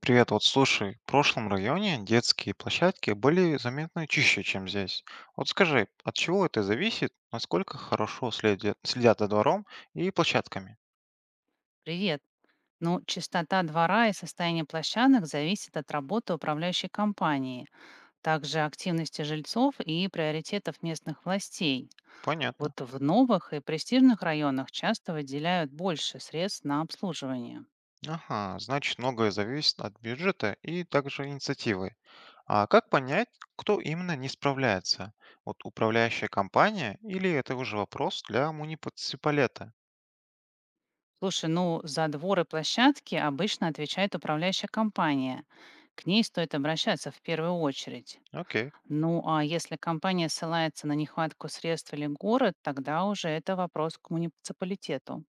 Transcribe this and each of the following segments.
Привет, вот слушай, в прошлом районе детские площадки были заметно чище, чем здесь. Вот скажи, от чего это зависит, насколько хорошо следят за двором и площадками? Привет. Ну, чистота двора и состояние площадок зависит от работы управляющей компании, также активности жильцов и приоритетов местных властей. Понятно. Вот в новых и престижных районах часто выделяют больше средств на обслуживание. Ага, значит, многое зависит от бюджета и также инициативы. А как понять, кто именно не справляется? Вот управляющая компания или это уже вопрос для муниципалета? Слушай, ну за дворы площадки обычно отвечает управляющая компания. К ней стоит обращаться в первую очередь. Окей. Ну а если компания ссылается на нехватку средств или город, тогда уже это вопрос к муниципалитету.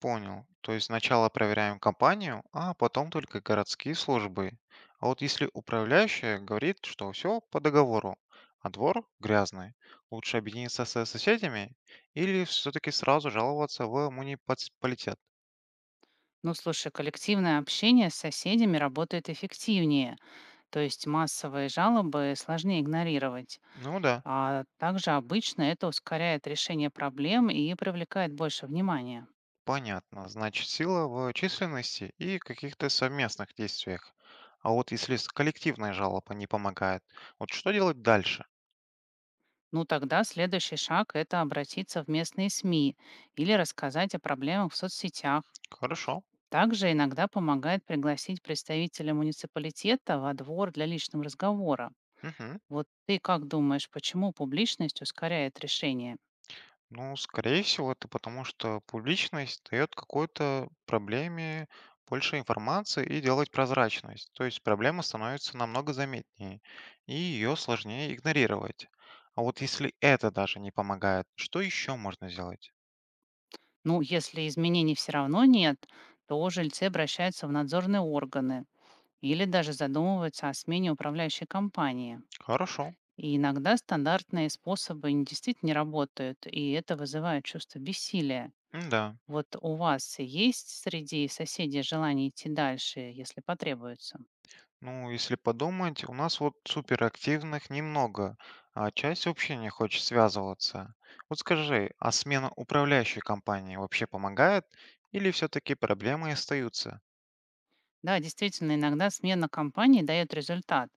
Понял. То есть сначала проверяем компанию, а потом только городские службы. А вот если управляющая говорит, что все по договору, а двор грязный, лучше объединиться со соседями или все-таки сразу жаловаться в муниципалитет? Ну, слушай, коллективное общение с соседями работает эффективнее, то есть массовые жалобы сложнее игнорировать. Ну да, А также обычно это ускоряет решение проблем и привлекает больше внимания. понятно. Значит, сила в численности и каких-то совместных действиях. А вот если коллективная жалоба не помогает, вот что делать дальше? Ну, тогда следующий шаг– это обратиться в местные СМИ или рассказать о проблемах в соцсетях. Хорошо. Также иногда помогает пригласить представителя муниципалитета во двор для личного разговора. Мгм. Вот ты как думаешь, почему публичность ускоряет решение? Ну, скорее всего, это потому, что публичность дает какой-то проблеме больше информации и делает прозрачность. То есть проблема становится намного заметнее, и ее сложнее игнорировать. А вот если это даже не помогает, что еще можно сделать? Ну, если изменений все равно нет, то жильцы обращаются в надзорные органы или даже задумываются о смене управляющей компании. Хорошо. И иногда стандартные способы действительно не работают, и это вызывает чувство бессилия. Да. Вот у вас есть среди соседей желание идти дальше, если потребуется? Ну, если подумать, у нас вот суперактивных немного, а часть вообще не хочет связываться. Вот скажи, а смена управляющей компании вообще помогает или все-таки проблемы остаются? Да, действительно, иногда смена компании дает результат,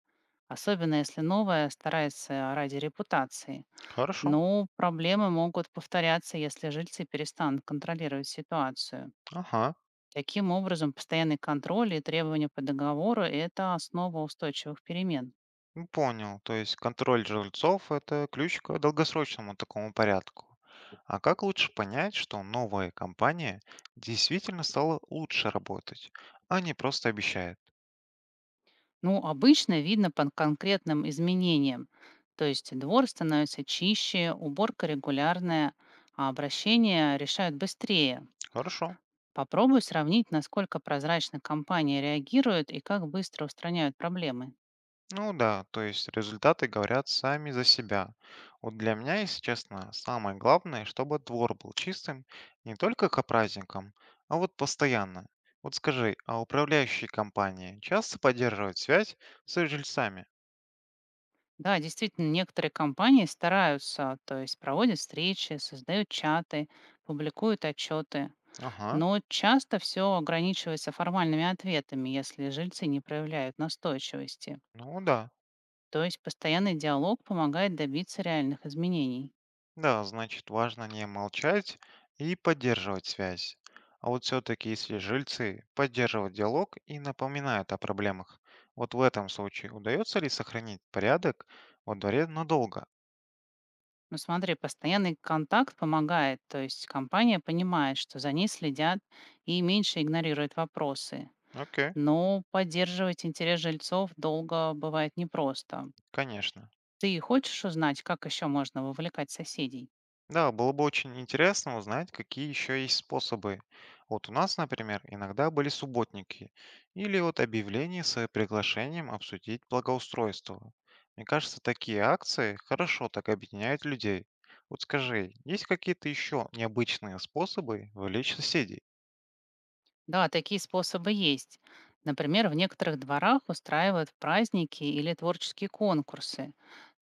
особенно если новая старается ради репутации. Хорошо. Ну, проблемы могут повторяться, если жильцы перестанут контролировать ситуацию. Ага. Таким образом, постоянный контроль и требования по договору– это основа устойчивых перемен. Ну, понял. То есть контроль жильцов– это ключ к долгосрочному такому порядку. А как лучше понять, что новая компания действительно стала лучше работать, а не просто обещает? Ну, обычно видно по конкретным изменениям. То есть двор становится чище, уборка регулярная, а обращения решают быстрее. Хорошо. Попробуй сравнить, насколько прозрачно компании реагируют и как быстро устраняют проблемы. Ну да, то есть результаты говорят сами за себя. Вот для меня, если честно, самое главное, чтобы двор был чистым не только к праздникам, а вот постоянно. Вот скажи, а управляющие компании часто поддерживают связь с жильцами? Да, действительно, некоторые компании стараются, то есть проводят встречи, создают чаты, публикуют отчеты. Ага, Но часто все ограничивается формальными ответами, если жильцы не проявляют настойчивости. ну да, То есть постоянный диалог помогает добиться реальных изменений. да, значит, важно не молчать и поддерживать связь. А вот все-таки, если жильцы поддерживают диалог и напоминают о проблемах, вот в этом случае удается ли сохранить порядок во дворе надолго? Ну смотри, постоянный контакт помогает, то есть компания понимает, что за ней следят и меньше игнорирует вопросы. Окей, Но поддерживать интерес жильцов долго бывает непросто. конечно. Ты хочешь узнать, как еще можно вовлекать соседей? Да, было бы очень интересно узнать, какие еще есть способы. Вот у нас, например, иногда были субботники или вот объявления с приглашением обсудить благоустройство. Мне кажется, такие акции хорошо так объединяют людей. Вот скажи, есть какие-то еще необычные способы вовлечь соседей? Да, такие способы есть. Например, в некоторых дворах устраивают праздники или творческие конкурсы.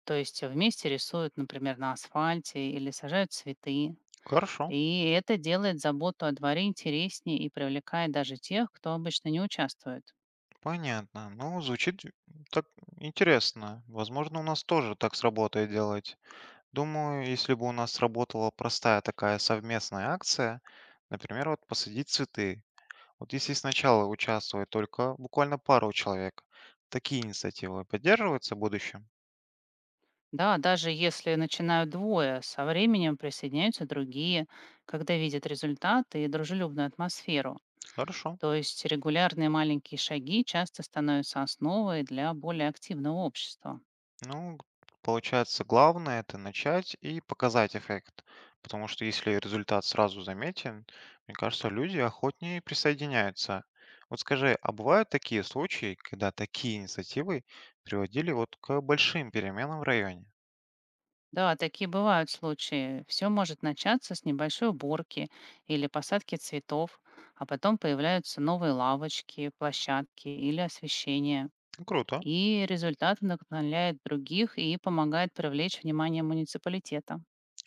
То есть вместе рисуют, например, на асфальте или сажают цветы. Хорошо, И это делает заботу о дворе интереснее и привлекает даже тех, кто обычно не участвует. понятно. Ну, звучит так интересно. Возможно, у нас тоже так сработает делать. Думаю, если бы у нас сработала простая такая совместная акция, например, вот посадить цветы. Вот если сначала участвует только буквально пару человек, такие инициативы поддерживаются в будущем? Да, даже если начинают двое, со временем присоединяются другие, когда видят результаты и дружелюбную атмосферу. Хорошо. То есть регулярные маленькие шаги часто становятся основой для более активного общества. Ну, получается, главное это начать и показать эффект. Потому что если результат сразу заметен, мне кажется, люди охотнее присоединяются. Вот скажи, а бывают такие случаи, когда такие инициативы приводили вот к большим переменам в районе? Да, такие бывают случаи. Все может начаться с небольшой уборки или посадки цветов, а потом появляются новые лавочки, площадки или освещение. Ну, круто. И результат вдохновляет других и помогает привлечь внимание муниципалитета.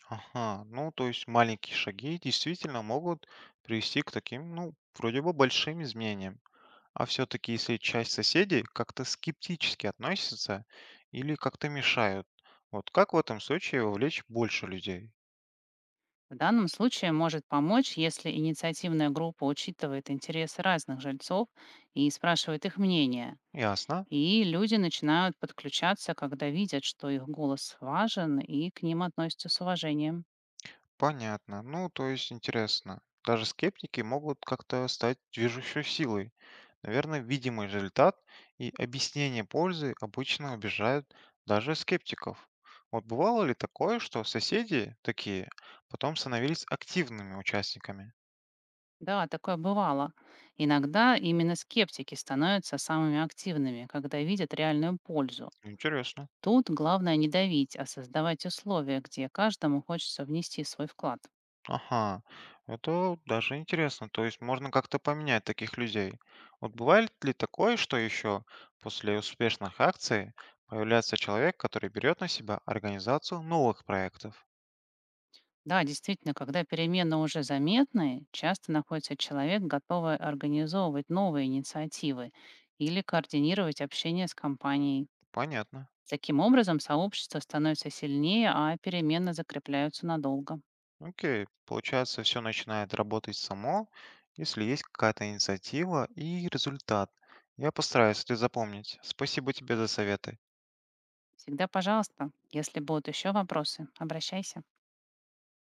Ага, ну то есть маленькие шаги действительно могут привести к таким, ну, вроде бы большим изменениям. А все-таки если часть соседей как-то скептически относится или как-то мешают, вот как в этом случае вовлечь больше людей? В данном случае может помочь, если инициативная группа учитывает интересы разных жильцов и спрашивает их мнение. Ясно. И люди начинают подключаться, когда видят, что их голос важен и к ним относятся с уважением. Понятно. Ну, то есть интересно. Даже скептики могут как-то стать движущей силой. Наверное, видимый результат и объяснение пользы обычно обижают даже скептиков. Вот бывало ли такое, что соседи такие потом становились активными участниками? Да, такое бывало. Иногда именно скептики становятся самыми активными, когда видят реальную пользу. Интересно. Тут главное не давить, а создавать условия, где каждому хочется внести свой вклад. Ага, это даже интересно. То есть можно как-то поменять таких людей. Вот бывает ли такое, что еще после успешных акций появляется человек, который берет на себя организацию новых проектов? Да, действительно, когда перемены уже заметны, часто находится человек, готовый организовывать новые инициативы или координировать общение с компанией. Понятно. Таким образом, сообщество становится сильнее, а перемены закрепляются надолго. Окей, получается, все начинает работать само, если есть какая-то инициатива и результат. Я постараюсь это запомнить. Спасибо тебе за советы. Всегда, пожалуйста, если будут еще вопросы, обращайся.